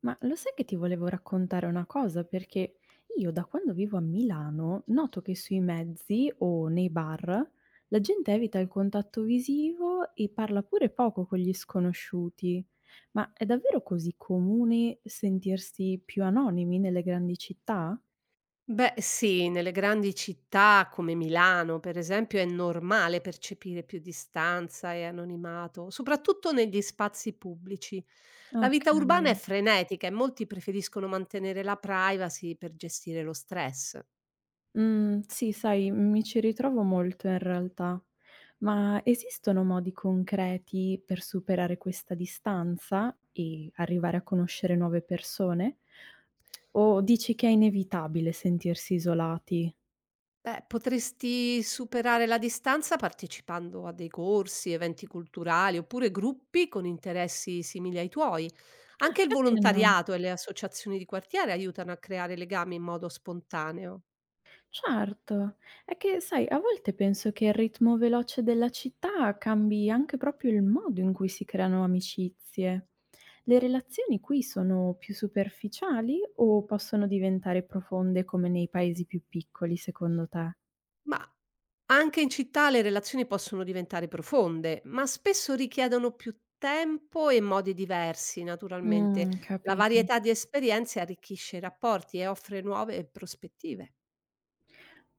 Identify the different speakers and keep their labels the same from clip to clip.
Speaker 1: Ma lo sai che ti volevo raccontare una cosa? Perché io da quando vivo a Milano noto che sui mezzi o nei bar la gente evita il contatto visivo e parla pure poco con gli sconosciuti. Ma è davvero così comune sentirsi più anonimi nelle grandi città?
Speaker 2: Beh, sì, nelle grandi città come Milano, per esempio, è normale percepire più distanza e anonimato, soprattutto negli spazi pubblici. La
Speaker 1: Ok.
Speaker 2: vita urbana è frenetica e molti preferiscono mantenere la privacy per gestire lo stress.
Speaker 1: Mhmm, sì, sai, mi ci ritrovo molto in realtà. Ma esistono modi concreti per superare questa distanza e arrivare a conoscere nuove persone? O dici che è inevitabile sentirsi isolati?
Speaker 2: Beh, potresti superare la distanza partecipando a dei corsi, eventi culturali oppure gruppi con interessi simili ai tuoi.
Speaker 1: Ah.
Speaker 2: Anche il
Speaker 1: Perché no?
Speaker 2: volontariato e le associazioni di quartiere aiutano a creare legami in modo spontaneo.
Speaker 1: Certo, è che sai, a volte penso che il ritmo veloce della città cambi anche proprio il modo in cui si creano amicizie. Le relazioni qui sono più superficiali o possono diventare profonde come nei paesi più piccoli, secondo te?
Speaker 2: Ma anche in città le relazioni possono diventare profonde, ma spesso richiedono più tempo e modi diversi, naturalmente.
Speaker 1: Mm,
Speaker 2: La
Speaker 1: capito.
Speaker 2: varietà di esperienze arricchisce i rapporti e offre nuove prospettive.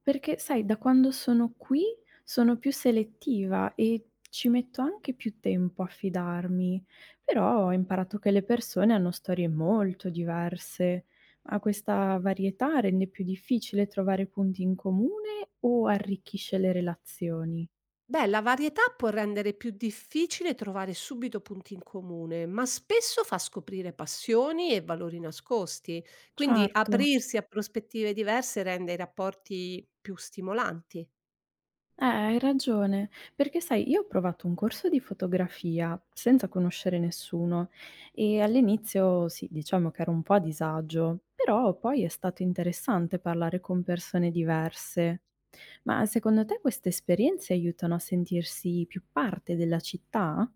Speaker 1: Perché sai, da quando sono qui sono più selettiva e ci metto anche più tempo a fidarmi, però ho imparato che le persone hanno storie molto diverse, ma questa varietà rende più difficile trovare punti in comune o arricchisce le relazioni?
Speaker 2: Beh, la varietà può rendere più difficile trovare subito punti in comune, ma spesso fa scoprire passioni e valori nascosti. Quindi
Speaker 1: Certo.
Speaker 2: aprirsi a prospettive diverse rende i rapporti più stimolanti.
Speaker 1: Hai ragione, perché sai, io ho provato un corso di fotografia senza conoscere nessuno e all'inizio sì, diciamo che ero un po' a disagio, però poi è stato interessante parlare con persone diverse. Ma secondo te queste esperienze aiutano a sentirsi più parte della città?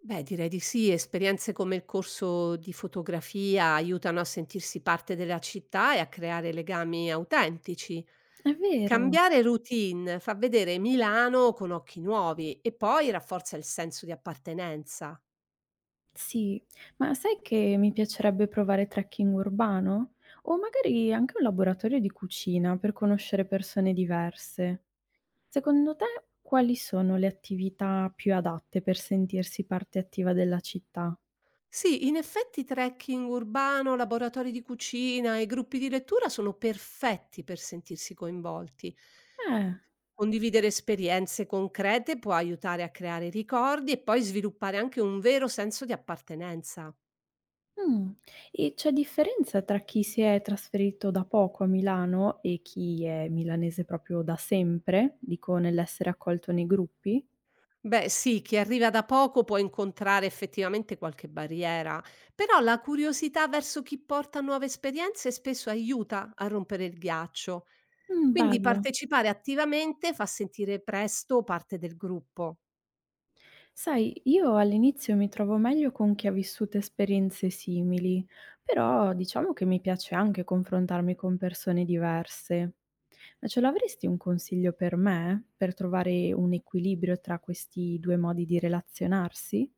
Speaker 2: Beh, direi di sì. Esperienze come il corso di fotografia aiutano a sentirsi parte della città e a creare legami autentici.
Speaker 1: È vero,
Speaker 2: Cambiare routine fa vedere Milano con occhi nuovi e poi rafforza il senso di appartenenza.
Speaker 1: sì, ma sai che mi piacerebbe provare trekking urbano? O magari anche un laboratorio di cucina per conoscere persone diverse. Secondo te quali sono le attività più adatte per sentirsi parte attiva della città?
Speaker 2: Sì, in effetti trekking urbano, laboratori di cucina e gruppi di lettura sono perfetti per sentirsi coinvolti.
Speaker 1: Eh,
Speaker 2: Condividere esperienze concrete può aiutare a creare ricordi e poi sviluppare anche un vero senso di appartenenza.
Speaker 1: mh. E c'è differenza tra chi si è trasferito da poco a Milano e chi è milanese proprio da sempre? Dico nell'essere accolto nei gruppi?
Speaker 2: Beh sì, chi arriva da poco può incontrare effettivamente qualche barriera, però la curiosità verso chi porta nuove esperienze spesso aiuta a rompere il ghiaccio. Quindi
Speaker 1: Bello.
Speaker 2: partecipare attivamente fa sentire presto parte del gruppo.
Speaker 1: Sai, io all'inizio mi trovo meglio con chi ha vissuto esperienze simili, però diciamo che mi piace anche confrontarmi con persone diverse. Ma ce l'avresti un consiglio per me, per trovare un equilibrio tra questi due modi di relazionarsi?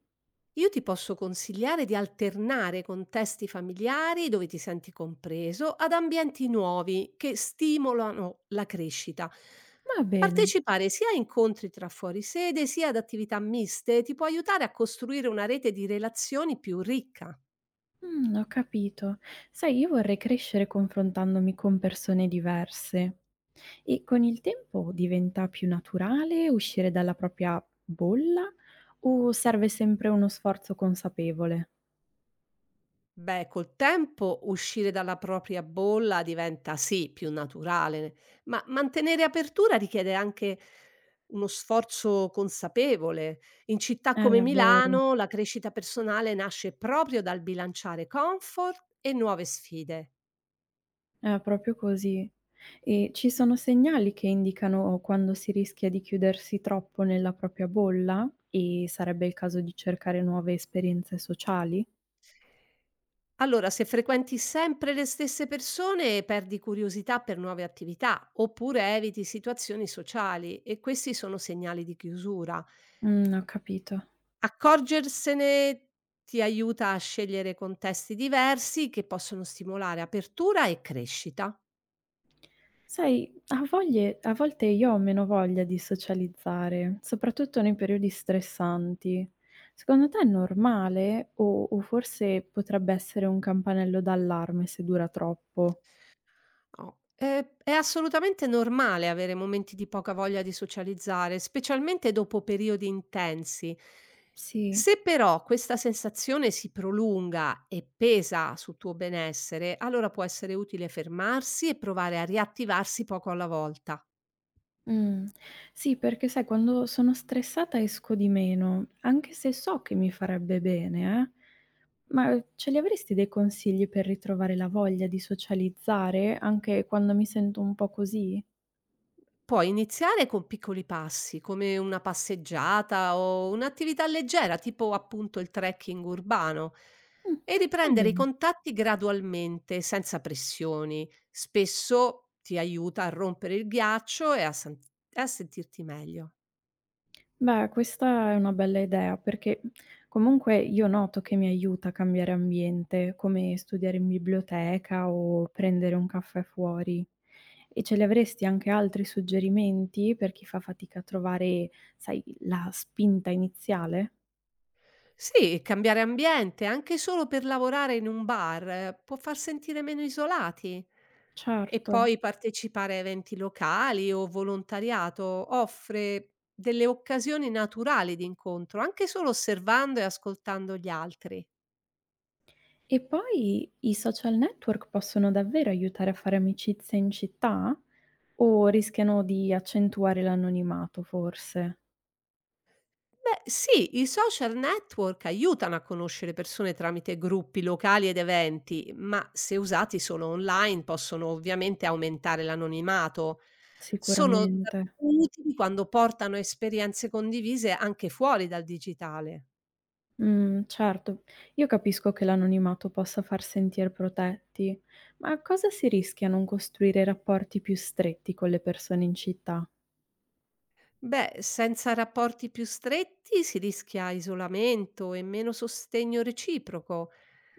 Speaker 2: Io ti posso consigliare di alternare contesti familiari dove ti senti compreso ad ambienti nuovi che stimolano la crescita.
Speaker 1: Va bene.
Speaker 2: Partecipare sia a incontri tra fuorisede sia ad attività miste ti può aiutare a costruire una rete di relazioni più ricca.
Speaker 1: Mm, ho capito. Sai, io vorrei crescere confrontandomi con persone diverse. E con il tempo diventa più naturale uscire dalla propria bolla o serve sempre uno sforzo consapevole?
Speaker 2: Beh, col tempo uscire dalla propria bolla diventa sì più naturale, ma mantenere apertura richiede anche uno sforzo consapevole. In città come
Speaker 1: È vero,
Speaker 2: Milano la crescita personale nasce proprio dal bilanciare comfort e nuove sfide.
Speaker 1: è proprio così. E ci sono segnali che indicano quando si rischia di chiudersi troppo nella propria bolla e sarebbe il caso di cercare nuove esperienze sociali?
Speaker 2: Allora, se frequenti sempre le stesse persone, perdi curiosità per nuove attività oppure eviti situazioni sociali e questi sono segnali di chiusura.
Speaker 1: Ho capito.
Speaker 2: Accorgersene ti aiuta a scegliere contesti diversi che possono stimolare apertura e crescita.
Speaker 1: Sai, a volte io ho meno voglia di socializzare, soprattutto nei periodi stressanti. Secondo te è normale o forse potrebbe essere un campanello d'allarme se dura troppo?
Speaker 2: Oh, è assolutamente normale avere momenti di poca voglia di socializzare, specialmente dopo periodi intensi.
Speaker 1: Sì.
Speaker 2: Se però questa sensazione si prolunga e pesa sul tuo benessere, allora può essere utile fermarsi e provare a riattivarsi poco alla volta.
Speaker 1: Mh. Sì, perché sai quando sono stressata esco di meno, anche se so che mi farebbe bene, eh. Ma ce li avresti dei consigli per ritrovare la voglia di socializzare anche quando mi sento un po' così?
Speaker 2: Puoi iniziare con piccoli passi, come una passeggiata o un'attività leggera, tipo appunto il trekking urbano,
Speaker 1: Mh,
Speaker 2: e
Speaker 1: va
Speaker 2: riprendere i
Speaker 1: bene.
Speaker 2: contatti gradualmente, senza pressioni. Spesso ti aiuta a rompere il ghiaccio e a sentirti meglio.
Speaker 1: Beh, questa è una bella idea perché comunque io noto che mi aiuta a cambiare ambiente, come studiare in biblioteca o prendere un caffè fuori. E ce li avresti anche altri suggerimenti per chi fa fatica a trovare, sai, la spinta iniziale?
Speaker 2: Sì, cambiare ambiente, anche solo per lavorare in un bar, può far sentire meno isolati. E
Speaker 1: Certo.
Speaker 2: poi partecipare a eventi locali o volontariato offre delle occasioni naturali di incontro, anche solo osservando e ascoltando gli altri.
Speaker 1: E poi i social network possono davvero aiutare a fare amicizia in città? O rischiano di accentuare l'anonimato, forse?
Speaker 2: Beh, sì, i social network aiutano a conoscere persone tramite gruppi locali ed eventi, ma se usati solo online possono ovviamente aumentare l'anonimato. Sono davvero
Speaker 1: Sicuramente.
Speaker 2: utili quando portano esperienze condivise anche fuori dal digitale.
Speaker 1: Certo. Io capisco che l'anonimato possa far sentir protetti, ma cosa si rischia a non costruire rapporti più stretti con le persone in città?
Speaker 2: Beh, senza rapporti più stretti si rischia isolamento e meno sostegno reciproco.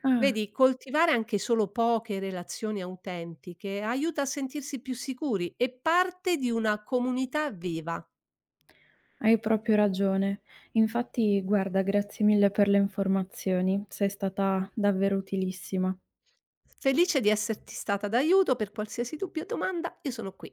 Speaker 1: Ah,
Speaker 2: Vedi, coltivare anche solo poche relazioni autentiche aiuta a sentirsi più sicuri e parte di una comunità viva.
Speaker 1: hai proprio ragione. Infatti, guarda, grazie mille per le informazioni, sei stata davvero utilissima.
Speaker 2: Felice di esserti stata d'aiuto per qualsiasi dubbio o domanda, io sono qui.